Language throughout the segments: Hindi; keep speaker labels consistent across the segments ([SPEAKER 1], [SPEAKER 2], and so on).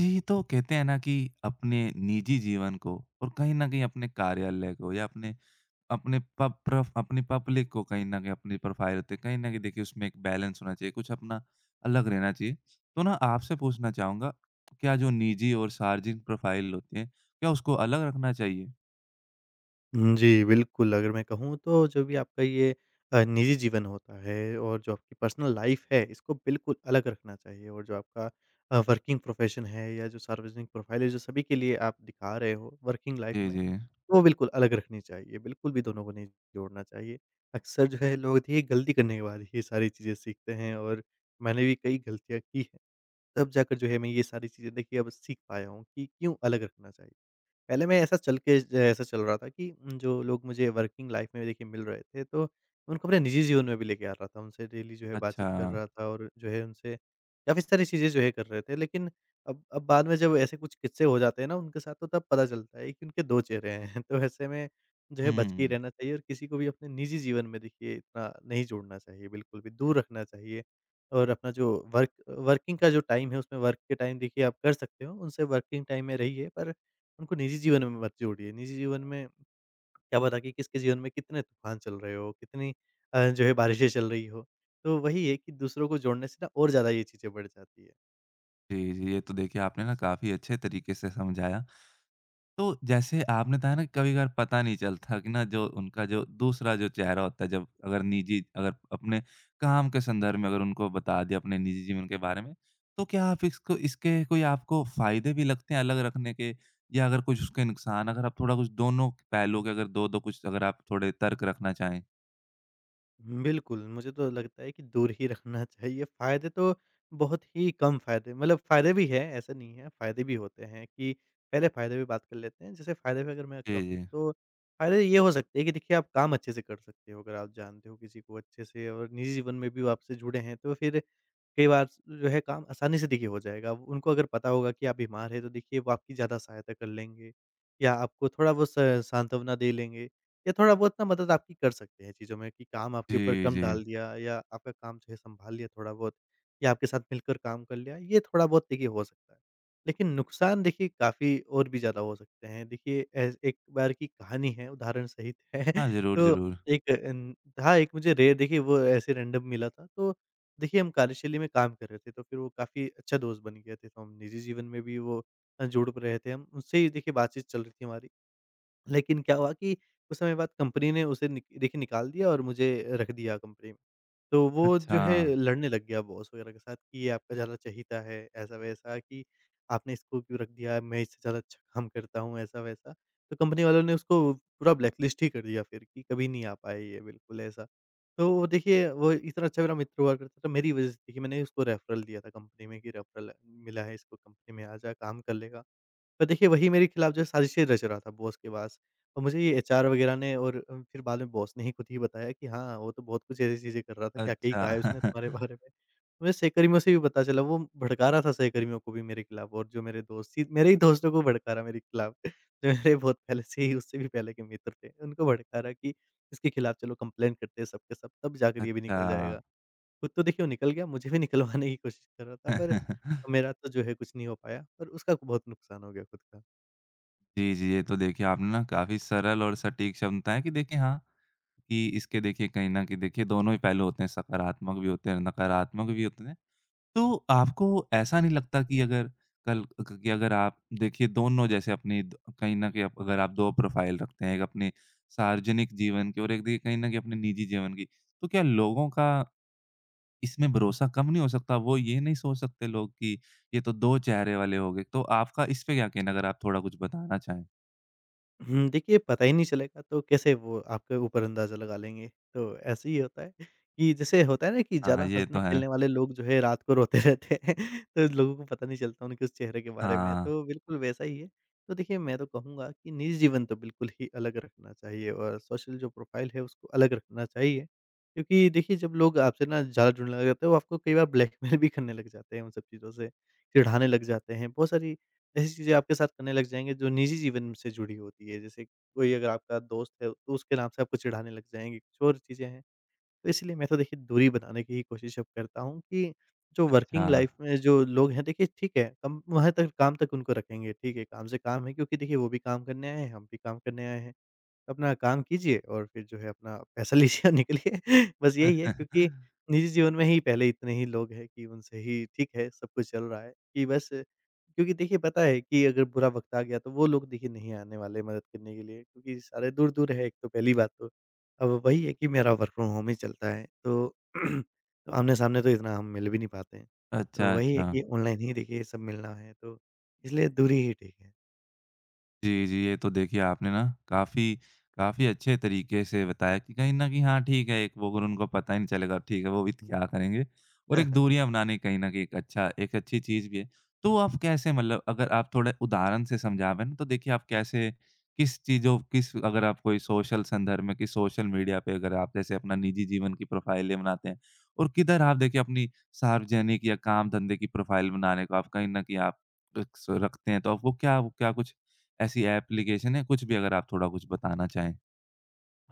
[SPEAKER 1] जी, तो कहते हैं ना कि अपने निजी जीवन को और कहीं न कहीं अपने कार्यालय को या अपने अपने प प्रफ अपनी पब्लिक को कहीं न कहीं अपनी प्रोफ़ाइल होते हैं, कहीं न कहीं देखिए उसमें एक बैलेंस होना चाहिए, कुछ अपना अलग रहना चाहिए। तो ना आपसे पूछना चाहूँगा, क्या जो निजी और सार्वजनिक प्रोफ़ाइल होती है, क्या उसको अलग रखना चाहिए?
[SPEAKER 2] हुँ, जी, बिल्कुल, अगर मैं कहूँ तो जो भी आपका ये निजी जीवन होता है और जो आपकी पर्सनल लाइफ़ है, इसको बिल्कुल अलग रखना चाहिए और जो आपका वर्किंग प्रोफ़ेशन है या जो सार्वजनिक प्रोफ़ाइल है, जो सभी के लिए आप दिखा रहे हो वर्किंग लाइफ़
[SPEAKER 1] जी,
[SPEAKER 2] में,
[SPEAKER 1] जी।
[SPEAKER 2] वो बिल्कुल अलग रखनी चाहिए, बिल्कुल भी दोनों को नहीं जोड़ना चाहिए। अक्सर जो है लोग देखिए गलती करने के बाद ये सारी चीज़ें सीखते हैं और मैंने भी कई गलतियाँ की हैं, तब जाकर जो है मैं ये सारी चीज़ें देखिए अब सीख पाया हूँ कि क्यों अलग रखना चाहिए। पहले मैं ऐसा चल रहा था कि जो लोग मुझे वर्किंग लाइफ़ में देखिए मिल रहे थे, तो मैं उनको अपने निजी जीवन में भी लेके आ रहा था। उनसे डेली जो है
[SPEAKER 1] अच्छा।
[SPEAKER 2] बातचीत कर रहा था और जो है उनसे काफ़ी सारी चीज़ें जो है कर रहे थे। लेकिन अब बाद में जब ऐसे कुछ किस्से हो जाते हैं ना उनके साथ, तो तब पता चलता है कि उनके 2 चेहरे हैं। तो ऐसे में जो है बच के ही
[SPEAKER 1] हुँ।
[SPEAKER 2] रहना चाहिए और किसी को भी अपने निजी जीवन में देखिए इतना नहीं जोड़ना चाहिए, बिल्कुल भी दूर रखना चाहिए। और अपना जो वर्क वर्किंग का जो टाइम है उसमें वर्क के टाइम देखिए आप कर सकते हो, उनसे वर्किंग टाइम में रहिए पर उनको निजी जीवन में मत जोड़िए। निजी जीवन में क्या पता कि किसके जीवन में कितने तूफ़ान चल रहे हो, कितनी जो है बारिशें चल रही हो। तो वही है कि दूसरों को जोड़ने से ना और ज़्यादा ये चीज़ें बढ़ जाती है।
[SPEAKER 1] जी, जी, ये तो देखिए आपने ना काफ़ी अच्छे तरीके से समझाया। तो जैसे आपने बताया ना कभी-कभार पता नहीं चलता कि ना जो उनका जो दूसरा जो चेहरा होता है जब अगर अपने काम के संदर्भ में अगर उनको बता दिया अपने निजी जीवन के बारे में, तो क्या आप इसको इसके कोई आपको फ़ायदे भी लगते हैं अलग रखने के? या अगर कुछ उसके नुकसान अगर आप थोड़ा कुछ दोनों पहलुओं के अगर 2-2 कुछ अगर आप थोड़े तर्क रखना चाहें?
[SPEAKER 2] बिल्कुल, मुझे तो लगता है कि दूर ही रखना चाहिए। फ़ायदे तो बहुत ही कम फ़ायदे मतलब फ़ायदे भी हैं, ऐसा नहीं है, फ़ायदे भी होते हैं कि पहले फ़ायदे पे बात कर लेते हैं। जैसे फ़ायदे में अगर मैं
[SPEAKER 1] जी,
[SPEAKER 2] कहूँ
[SPEAKER 1] जी।
[SPEAKER 2] तो फ़ायदे ये हो सकते हैं कि देखिए आप काम अच्छे से कर सकते हो अगर आप जानते हो किसी को अच्छे से और निजी जीवन में भी वो आपसे जुड़े हैं तो फिर कई बार जो है काम आसानी से देखिए हो जाएगा। वो- उनको अगर पता होगा कि आप बीमार हैं तो देखिए वो आपकी ज़्यादा सहायता कर लेंगे या आपको थोड़ा बहुत स सांत्वना दे लेंगे या थोड़ा बहुत ना मदद आपकी कर सकते हैं चीज़ों में कि काम आपके ऊपर
[SPEAKER 1] जी,
[SPEAKER 2] कम
[SPEAKER 1] जी।
[SPEAKER 2] डाल दिया या आपका काम जो है सँभाल लिया थोड़ा बहुत या आपके साथ मिलकर काम कर लिया, ये थोड़ा बहुत देखिए हो सकता है। लेकिन नुकसान देखिए काफ़ी और भी ज़्यादा हो सकते हैं। देखिए एज़ एक बार की कहानी है उदाहरण सहित है।
[SPEAKER 1] हाँ, ज़रूर,
[SPEAKER 2] तो
[SPEAKER 1] ज़रूर।
[SPEAKER 2] एक अन था एक मुझे रे देखिए वो ऐसे रैंडम मिला था तो देखिए, हम कार्यशैली में काम कर रहे थे, तो फिर वो काफ़ी अच्छा दोस्त बन गए थे, तो हम निजी जीवन में भी वो जुड़ रहे थे हम। उससे ही देखिए बातचीत चल रही थी हमारी, लेकिन क्या हुआ कि कुछ समय बाद कंपनी ने उसे निक देखिए निकाल दिया और मुझे रख दिया कंपनी में। तो वो
[SPEAKER 1] अच्छा,
[SPEAKER 2] जो है लड़ने लग गया बॉस वगैरह के साथ कि ये आपका ज़्यादा चहीता है, ऐसा-वैसा कि आपने इसको क्यों रख दिया, मैं इससे ज़्यादा अच्छा काम करता हूँ, ऐसा-वैसा। तो कंपनी वालों ने उसको पूरा ब्लैकलिस्ट ही कर दिया फिर कि कभी नहीं आ पाए ये बिल्कुल ऐसा। तो वो देखिए वो इतना अच्छा मेरा मित्र हुआ करता था, तो मेरी वज़ह से देखिए मैंने उसको रेफ़रल दिया था कंपनी में कि रेफ़रल मिला है इसको कंपनी में आ जा, काम कर लेगा। पर देखिए वही मेरे खिलाफ़ जो है साजिशें रच रहा था बॉस के पास। और मुझे ये एचआर वगैरह ने और फिर बाद में बॉस ने ही खुद ही बताया कि हाँ, वो तो बहुत कुछ ऐसी चीज़ें कर रहा था, क्या-क्या ही
[SPEAKER 1] अच्छा।
[SPEAKER 2] कहा है उसने तुम्हारे बारे में। मुझे सहकर्मियों से भी पता चला, वो भड़का रहा था सहकर्मियों को भी मेरे खिलाफ और जो मेरे दोस्त थी मेरे ही दोस्तों को भड़का रहा मेरे खिलाफ, जो मेरे बहुत पहले से ही उससे भी पहले के मित्र थे, उनको भड़का रहा कि इसके खिलाफ चलो कंप्लेंट करते हैं सब के सब, तब जाकर ये भी
[SPEAKER 1] अच्छा।
[SPEAKER 2] निकल जाएगा। खुद तो देखिए वो निकल गया, मुझे भी निकलवाने की कोशिश कर रहा था पर मेरा तो जो है कुछ नहीं हो पाया, पर उसका बहुत नुकसान हो गया खुद का।
[SPEAKER 1] जी, जी। ये तो देखिए आपने ना काफ़ी सरल और सटीक शब्द बताएँ कि देखिए हाँ, कि इसके देखिए कहीं न कहीं देखिए दोनों ही पहलू होते हैं, सकारात्मक भी होते हैं, नकारात्मक भी होते हैं। तो आपको ऐसा नहीं लगता कि अगर कल कि अगर आप देखिए दोनों जैसे अपनी द कहीं न कहीं आप अगर आप 2 प्रोफ़ाइल रखते हैं, एक अपने सार्वजनिक जीवन की और एक देखिए कहीं न कहीं अपने निजी जीवन की, तो क्या लोगों का इसमें भरोसा कम नहीं हो सकता? वो ये नहीं सोच सकते लोग कि ये तो 2 चेहरे वाले हो गए? तो आपका इस पे क्या कहना है? अगर आप थोड़ा कुछ बताना चाहें?
[SPEAKER 2] हुँ, देखिए पता ही नहीं चलेगा तो कैसे वो आपके ऊपर अंदाज़ा लगा लेंगे। तो ऐसे ही होता है कि जैसे होता है ना कि
[SPEAKER 1] हाँ, हाँ।
[SPEAKER 2] ज़्यादा
[SPEAKER 1] ये तो है।
[SPEAKER 2] हँसने-खेलने वाले लोग जो है रात को रोते रहते हैं। तो लोगों को पता नहीं चलता उनके उस चेहरे के बारे में।
[SPEAKER 1] हाँ,
[SPEAKER 2] तो बिल्कुल वैसा ही है। तो देखिए मैं तो कहूँगा कि निजी जीवन तो बिल्कुल ही अलग रखना चाहिए और सोशल जो प्रोफ़ाइल है उसको अलग रखना चाहिए। क्योंकि देखिए जब लोग आपसे ना ज़्यादा जुड़ने लग जाते हैं वो आपको कई बार ब्लैकमेल भी करने लग जाते हैं उन सब चीज़ों से, चिढ़ाने लग जाते हैं। बहुत सारी ऐसी चीज़ें आपके साथ करने लग जाएँगे जो निजी जीवन से जुड़ी होती है। जैसे कोई अगर आपका दोस्त है तो उसके नाम से आपको चिढ़ाने लग जाएँगे, कुछ और चीज़ें हैं। तो इसलिए मैं तो देखिए दूरी बनाने की ही कोशिश अब करता हूँ कि जो
[SPEAKER 1] अच्छा।
[SPEAKER 2] वर्किंग लाइफ़ में जो लोग हैं देखिए ठीक है, कम वहाँ तक काम तक उनको रखेंगे, ठीक है, काम से काम है क्योंकि देखिए वो भी काम करने आए हैं, हम भी काम करने आए हैं। अपना काम कीजिए और फिर जो है अपना पैसा लीजिए और निकलिए। बस यही है क्योंकि निजी जीवन में ही पहले इतने ही लोग हैं कि उनसे ही ठीक है, सब कुछ चल रहा है कि बस क्योंकि देखिए पता है कि अगर बुरा वक़्त आ गया तो वो लोग देखिए नहीं आने वाले मदद करने के लिए क्योंकि सारे दूर-दूर है एक तो पहली बात तो। अब वही है कि मेरा वर्क फ्रॉम होम ही चलता है तो आमने-सामने तो इतना हम मिल भी नहीं पाते हैं। तो
[SPEAKER 1] अच्छा,
[SPEAKER 2] वही है
[SPEAKER 1] अच्छा।
[SPEAKER 2] कि ऑनलाइन ही देखिए सब मिलना है तो इसलिए दूरी ही ठीक है।
[SPEAKER 1] जी, जी। ये तो देखिए आपने ना काफ़ी काफ़ी अच्छे तरीके से बताया कि कहीं न कहीं हाँ, ठीक है एक वो अगर उनको पता ही नहीं चलेगा ठीक है वो भी
[SPEAKER 2] हुँ।
[SPEAKER 1] क्या करेंगे और एक दूरियाँ बनाने कहीं न कहीं एक अच्छी चीज़ भी है। तो आप कैसे मतलब अगर आप थोड़ा उदाहरण से समझा पाएँ तो देखिए आप कैसे किस अगर आप कोई सोशल संदर्भ में किस सोशल मीडिया पे अगर आप जैसे अपना निजी जीवन की प्रोफ़ाइलें बनाते हैं और किधर आप देखिए अपनी सार्वजनिक या काम-धंधे की प्रोफ़ाइल बनाने को आप कहीं न कहीं आप रख स रखते हैं। तो आप वो क्या कुछ ऐसी एप्लीकेशन है? कुछ भी अगर आप थोड़ा कुछ बताना चाहें?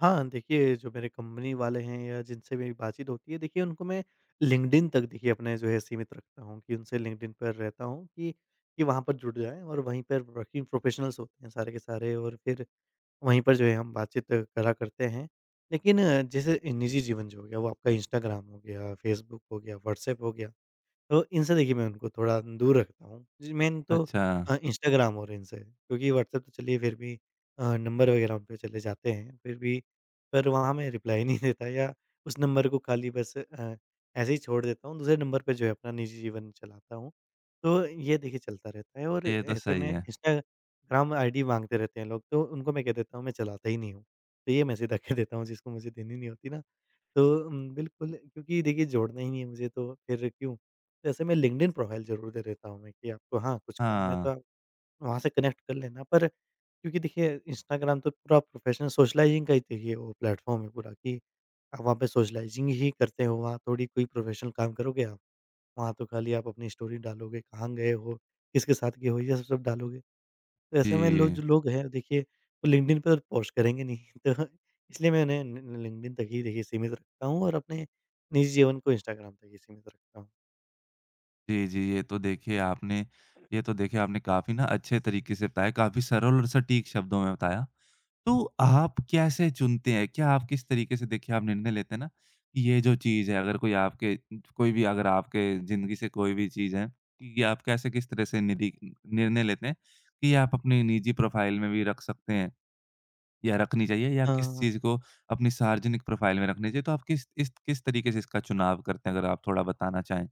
[SPEAKER 2] हाँ, देखिए जो मेरे कंपनी वाले हैं या जिनसे मेरी बातचीत होती है देखिए उनको मैं लिंक्डइन तक देखिए अपने जो है सीमित रखता हूँ कि उनसे लिंक्डइन पर रहता हूँ कि वहाँ पर जुड़ जाएँ और वहीं पर वर्किंग प्रोफेशनल्स होते हैं सारे के सारे और फिर वहीं पर जो है हम बातचीत करा करते हैं। लेकिन जैसे निजी जीवन जो हो गया वो आपका इंस्टाग्राम हो गया, फ़ेसबुक हो गया, व्हाट्सएप हो गया, तो इनसे देखिए मैं उनको थोड़ा दूर रखता हूँ। जी, मेन तो
[SPEAKER 1] अच्छा,
[SPEAKER 2] इंस्टाग्राम और इनसे क्योंकि व्हाट्सएप तो चलिए फिर भी नंबर वगैरह उन पे चले जाते हैं फिर भी पर वहाँ मैं रिप्लाई नहीं देता या उस नंबर को खाली बस ऐसे ही छोड़ देता हूँ। दूसरे नंबर पे जो है अपना निजी जीवन चलाता हूँ। तो ये देखिए चलता रहता है और
[SPEAKER 1] ये तो
[SPEAKER 2] ऐसे
[SPEAKER 1] सही
[SPEAKER 2] में
[SPEAKER 1] है।
[SPEAKER 2] इंस्टाग्राम आईडी माँगते रहते हैं लोग तो उनको मैं कह देता हूँ मैं चलाता ही नहीं हूँ। तो ये मैं सीधा कह देता हूँ जिसको मुझे देनी नहीं होती ना तो बिल्कुल क्योंकि देखिए जोड़ना ही नहीं है मुझे तो फिर क्यों? तो ऐसे में लिंक्डइन प्रोफ़ाइल ज़रूर दे देता हूँ मैं कि आपको हाँ, कुछ काम है
[SPEAKER 1] हाँ।
[SPEAKER 2] तो आप वहाँ से कनेक्ट कर लेना। पर क्योंकि देखिए इंस्टाग्राम तो पूरा प्रोफ़ेशनल सोशलाइज़िंग का ही देखिए वो प्लेटफ़ॉर्म है पूरा कि आप वहाँ पे सोशलाइज़िंग ही करते हो, वहाँ थोड़ी कोई प्रोफ़ेशनल काम करोगे आप। वहाँ तो खाली आप अपनी स्टोरी डालोगे, कहाँ गए हो, किसके साथ गए हो, ये सब सब डालोगे। तो ऐसे में लोग
[SPEAKER 1] जी।
[SPEAKER 2] जो लोग हैं देखिए वो लिंक्डइन पर पोस्ट करेंगे नहीं। तो इसलिए मैं उन्हें लिंक्डइन तक ही देखिए सीमित रखता हूँ और अपने निजी जीवन को इंस्टाग्राम तक ही सीमित रखता हूँ।
[SPEAKER 1] जी, जी, ये तो देखिए आपने काफ़ी ना अच्छे तरीके से बताया, काफ़ी सरल और सटीक शब्दों में बताया। तो आप कैसे चुनते हैं? क्या आप किस तरीके से देखिए आप निर्णय लेते हैं ना, कि ये जो चीज़ है अगर कोई भी अगर आपके ज़िंदगी से कोई भी चीज़ है, कि ये आप कैसे किस तरह से निरी निर्णय लेते हैं, कि ये आप अपनी निजी प्रोफ़ाइल में भी रख सकते हैं? या रखनी चाहिए या किस
[SPEAKER 2] हाँ।
[SPEAKER 1] चीज़ को अपनी सार्वजनिक प्रोफ़ाइल में रखनी चाहिए? तो आप किस तरीके से इसका चुनाव करते हैं? अगर आप थोड़ा बताना चाहें।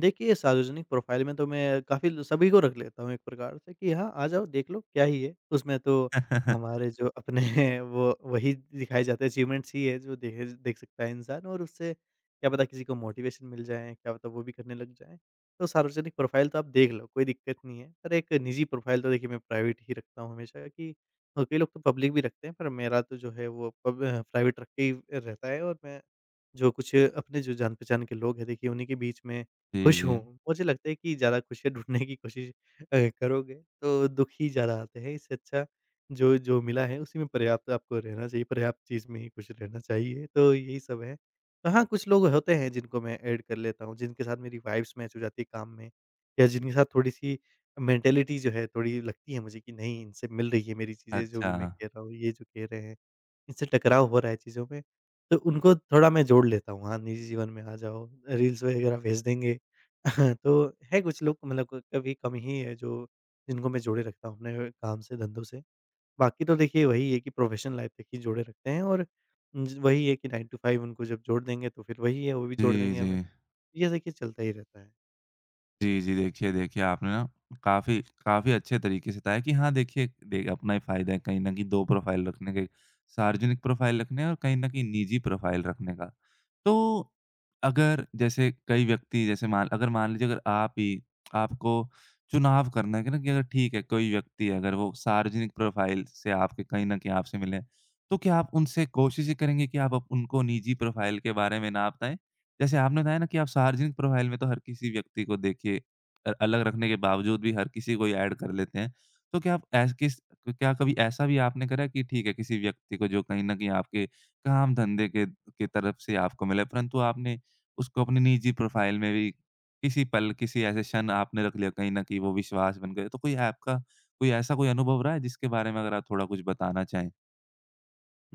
[SPEAKER 2] देखिए, सार्वजनिक प्रोफ़ाइल में तो मैं काफ़ी ल सभी को रख लेता हूँ एक प्रकार से कि हाँ, आ जाओ, देख लो, क्या ही है। उसमें तो हमारे जो अपने हैं, वो वही दिखाए जाते हैं, अचीवमेंट्स ही है जो देह देख सकता है इंसान और उससे क्या पता किसी को मोटिवेशन मिल जाए, क्या पता वो भी करने लग जाएँ। तो सार्वजनिक प्रोफ़ाइल तो आप देख लो, कोई दिक्कत नहीं है। पर एक निजी प्रोफ़ाइल तो देखिए मैं प्राइवेट ही रखता हूँ हमेशा कि कई लोग तो पब्लिक भी रखते हैं, पर मेरा तो जो है वो प्राइवेट रख के ही रहता है और मैं जो कुछ अपने जो जान-पहचान के लोग हैं देखिए उन्हीं के बीच में
[SPEAKER 1] जी,
[SPEAKER 2] खुश
[SPEAKER 1] जी।
[SPEAKER 2] हूँ। मुझे लगता है कि ज़्यादा खुशियाँ ढूँढने की कोशिश करोगे तो दुःख ही ज़्यादा आते हैं। इससे अच्छा जो जो मिला है उसी में पर्याप्त आपको रहना चाहिए, पर्याप्त चीज़ में ही खुश रहना चाहिए। तो यही सब है। तो हाँ, कुछ लोग होते हैं जिनको मैं ऐड कर लेता हूँ, जिनके साथ मेरी वाइब्स मैच हो जाती है काम में, या जिनके साथ थोड़ी-सी मेंटालिटी जो है थोड़ी लगती है मुझे कि नहीं, इनसे मिल रही है मेरी चीज़ें जो
[SPEAKER 1] अच्छा।
[SPEAKER 2] भी मैं कह रहा हूँ, ये जो कह रहे हैं। इनसे टकराव हो रहा है चीज़ों में, तो उनको थोड़ा मैं जोड़ लेता हूँ। हाँ, निजी जीवन में आ जाओ, रील्स वगैरह भेज देंगे। तो है कुछ लोग, मतलब क कभी कम ही है जो जिनको मैं जोड़े रखता हूँ अपने काम से, धंधों से। बाकी तो देखिए वही है कि प्रोफेशनल लाइफ़ तक ही जोड़े रखते हैं, और ज वही है कि 9 टू 5 उनको जब जोड़ देंगे, तो फिर वही है, वो भी
[SPEAKER 1] जी,
[SPEAKER 2] जोड़ देंगे
[SPEAKER 1] जी।
[SPEAKER 2] हमें। ये देखिए चलता ही रहता है।
[SPEAKER 1] जी, जी। देखिए, आपने ना काफ़ी काफ़ी अच्छे तरीके से बताया कि हाँ, देखिए दे अपना ही फ़ायदा है कहीं न कहीं 2 प्रोफ़ाइल रखने के, सार्वजनिक प्रोफ़ाइल रखने और कहीं न कहीं निजी प्रोफ़ाइल रखने का। तो अगर जैसे कई व्यक्ति जैसे मान लीजिए अगर आप ही आपको चुनाव करना है कि ना कि अगर ठीक है, कोई व्यक्ति है अगर वो सार्वजनिक प्रोफ़ाइल से आपके कहीं न कहीं आपसे मिले, तो क्या आप उनसे कोशिश ही करेंगे कि आप अप उनको निजी प्रोफ़ाइल के बारे में ना बताएँ? जैसे आपने बताया ना कि आप सार्वजनिक प्रोफ़ाइल में तो हर किसी व्यक्ति को देखिए अलग रखने के बावजूद भी हर किसी को ऐड कर लेते हैं। तो क्या आप ऐस किस क्या कभी ऐसा भी आपने करा है कि ठीक है, किसी व्यक्ति को जो कहीं न कहीं आपके काम-धंधे के की तरफ से आपको मिला है, परंतु आपने उसको अपनी निजी प्रोफ़ाइल में भी किसी पल, किसी ऐसे क्षण आपने रख लिया, कहीं न कहीं वो विश्वास बन गया। तो कोई ऐसा कोई अनुभव रहा है जिसके बारे में अगर आप थोड़ा कुछ बताना चाहें?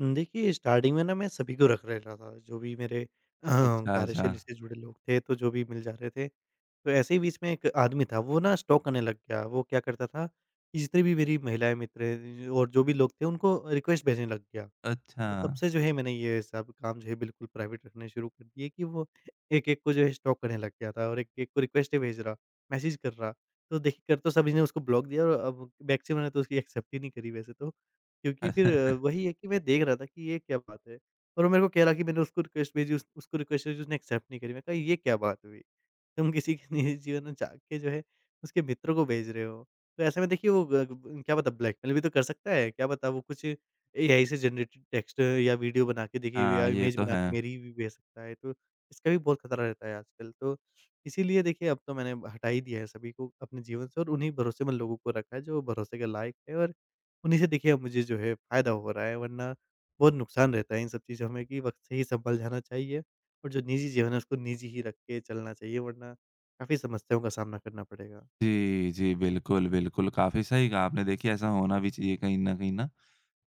[SPEAKER 2] देखिए, स्टार्टिंग में ना मैं सभी को रख ले रहा था, जो भी मेरे
[SPEAKER 1] अच्छा, अच्छा।
[SPEAKER 2] कार्यशैली से जुड़े लोग थे, तो जो भी मिल जा रहे थे। तो ऐसे ही बीच में एक आदमी था, वो ना स्टॉक करने लग गया। वो क्या करता था कि जितनी भी मेरी महिलाएँ मित्र हैं और जो भी लोग थे, उनको रिक्वेस्ट भेजने लग गया।
[SPEAKER 1] अच्छा।
[SPEAKER 2] तो तब से जो है मैंने ये सब काम जो है बिल्कुल प्राइवेट रखने शुरू कर दिए कि वो एक-एक को जो है स्टॉक करने लग गया था, और एक-एक को रिक्वेस्टें भेज रहा, मैसेज कर रहा। तो देखिए, कर तो सभी ने उसको ब्लॉक दिया, और अब मैक्सिमम ने तो उसकी एक्सेप्ट ही नहीं करी वैसे तो। क्योंकि फिर
[SPEAKER 1] अ,
[SPEAKER 2] वही है कि मैं देख रहा था कि ये क्या बात है? और वो मेरे को कह रहा कि मैंने उसको रिक्वेस्ट भेजी, उस उसको रिक्वेस्ट भेजी, उसने एक्सेप्ट नहीं करी। मैंने कहा, ये क्या बात हुई? तुम किसी के निजी जीवन में जाके जो है, उसके मित्र को भेज रहे हो। तो ऐसे में देखिए वो ग ब क्या पता ब्लैकमेल भी तो कर सकता है, क्या पता वो कुछ एआई से जनरेटेड टेक्स्ट या वीडियो बना के देखिए, या
[SPEAKER 1] हाँ, ये
[SPEAKER 2] इमेज
[SPEAKER 1] तो
[SPEAKER 2] बना
[SPEAKER 1] है।
[SPEAKER 2] के मेरी भी भेज सकता है। तो इसका भी बहुत खतरा रहता है आजकल। तो इसीलिए देखिए अब तो मैंने हटा ही दिया है सभी को अपने जीवन से, और उन्हीं भरोसेमंद लोगों को रखा है जो भरोसे के लायक है, और उन्हीं से देखिए अब मुझे जो है फ़ायदा हो रहा है, वरना बहुत नुकसान रहता है इन सब चीज़ों में कि वक़्त से ही संभल जाना चाहिए। और जो निजी जीवन है उसको निजी ही रख के चलना चाहिए, वरना काफ़ी समस्याओं का सामना करना पड़ेगा।
[SPEAKER 1] जी, जी। बिल्कुल, बिल्कुल। काफ़ी सही कहा आपने। देखिए ऐसा होना भी चाहिए कहीं न कहीं ना।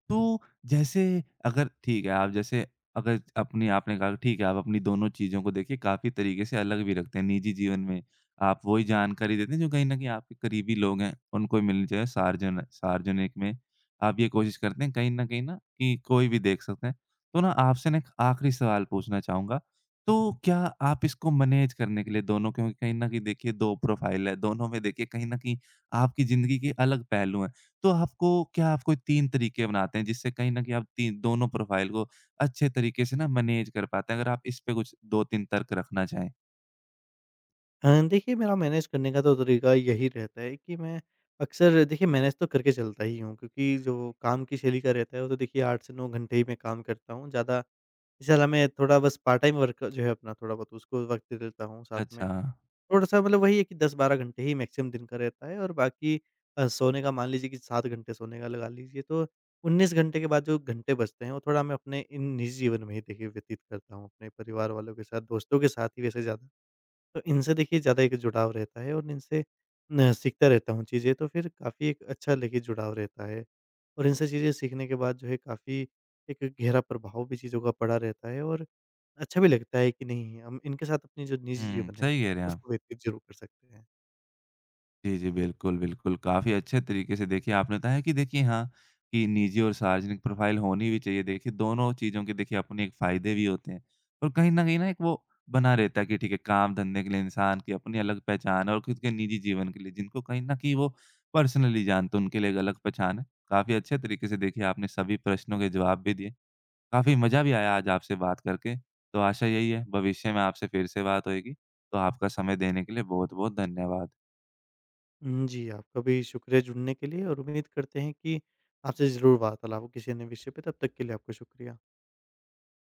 [SPEAKER 1] तो जैसे अगर ठीक है, आप जैसे अगर अपनी आपने कहा ठीक है, आप अपनी दोनों चीज़ों को देखिए काफ़ी तरीके से अलग भी रखते हैं। निजी जीवन में आप वही जानकारी देते हैं जो कहीं न कहीं आपके करीबी लोग हैं, उनको ही मिलनी चाहिए। सार्वजनिक में आप ये कोशिश करते हैं कहीं न कि कोई भी देख सकता है। तो ना आपसे ना एक आखिरी सवाल पूछना चाहूँगा। तो क्या आप इसको मैनेज करने के लिए दोनों क्योंकि कहीं न कहीं देखिए 2 प्रोफ़ाइल है, दोनों में देखिए कहीं न कहीं आपकी ज़िंदगी के अलग पहलू हैं। तो आपको क्या आप कोई 3 तरीके अपनाते हैं जिससे कहीं न कहीं आप तीन दोनों प्रोफ़ाइल को अच्छे तरीके से ना मैनेज कर पाते हैं? अगर आप इस पे कुछ 2-3 तर्क रखना चाहें।
[SPEAKER 2] देखिए, मेरा मैनेज करने का तो तरीका यही रहता है कि मैं अक्सर देखिए मैनेज तो करके चलता ही हूँ, क्योंकि जो काम की शैली का रहता है वो तो देखिए 8 से 9 घंटे ही मैं काम करता हूँ। ज़्यादा इस साला मैं थोड़ा बस पार्ट टाइम वर्क जो है अपना थोड़ा बहुत उसको वक़्त दे देता हूँ साथ में।
[SPEAKER 1] अच्छा।
[SPEAKER 2] थोड़ा-सा, मतलब वही है कि 10-12 घंटे ही मैक्सिमम दिन का रहता है, और बाकी सोने का मान लीजिए कि 7 घंटे सोने का लगा लीजिए, तो 19 घंटे के बाद जो घंटे बचते हैं, वो थोड़ा मैं अपने इन निजी जीवन में ही देखिए व्यतीत करता हूँ, अपने परिवार वालों के साथ, दोस्तों के साथ ही वैसे ज़्यादा। तो इनसे देखिए ज़्यादा एक जुड़ाव रहता है, और इनसे न सीखता रहता हूँ चीज़ें, तो फिर काफ़ी एक अच्छा देखिए जुड़ाव रहता है। और इनसे चीज़ें सीखने के बाद जो है काफ़ी एक गहरा प्रभाव भी चीज़ों का पड़ा रहता है, और अच्छा भी लगता है कि नहीं, हम इनके साथ अपनी जो निजी
[SPEAKER 1] हुँ,
[SPEAKER 2] जीवन है,
[SPEAKER 1] सही कह रहे हैं आप।
[SPEAKER 2] उसको व्यतीत ज़रूर कर सकते हैं।
[SPEAKER 1] जी, जी। बिल्कुल, बिल्कुल। काफ़ी अच्छे तरीके से देखिए आपने बताया कि देखिए हाँ, कि निजी और सार्वजनिक प्रोफ़ाइल होनी भी चाहिए। देखिए दोनों चीज़ों के देखिए अपने एक फ़ायदे भी होते हैं और कहीं न कहीं ना एक वो बना रहता है कि ठीक है काम धंधे के लिए इंसान की अपनी अलग पहचान है और खुद के निजी जीवन के लिए जिनको कहीं न कहीं वो पर्सनली जानते हैं उनके लिए एक अलग पहचान है। काफ़ी अच्छे तरीके से देखिए आपने सभी प्रश्नों के जवाब भी दिए। काफ़ी मज़ा भी आया आज आपसे बात करके। तो आशा यही है भविष्य में आपसे फिर से बात होएगी। तो आपका समय देने के लिए बहुत-बहुत धन्यवाद।
[SPEAKER 2] जी, आपका भी शुक्रिया जुड़ने के लिए, और उम्मीद करते हैं कि आपसे ज़रूर वार्तालाप हो किसी अन्य विषय पे, तब तक के लिए आपका शुक्रिया।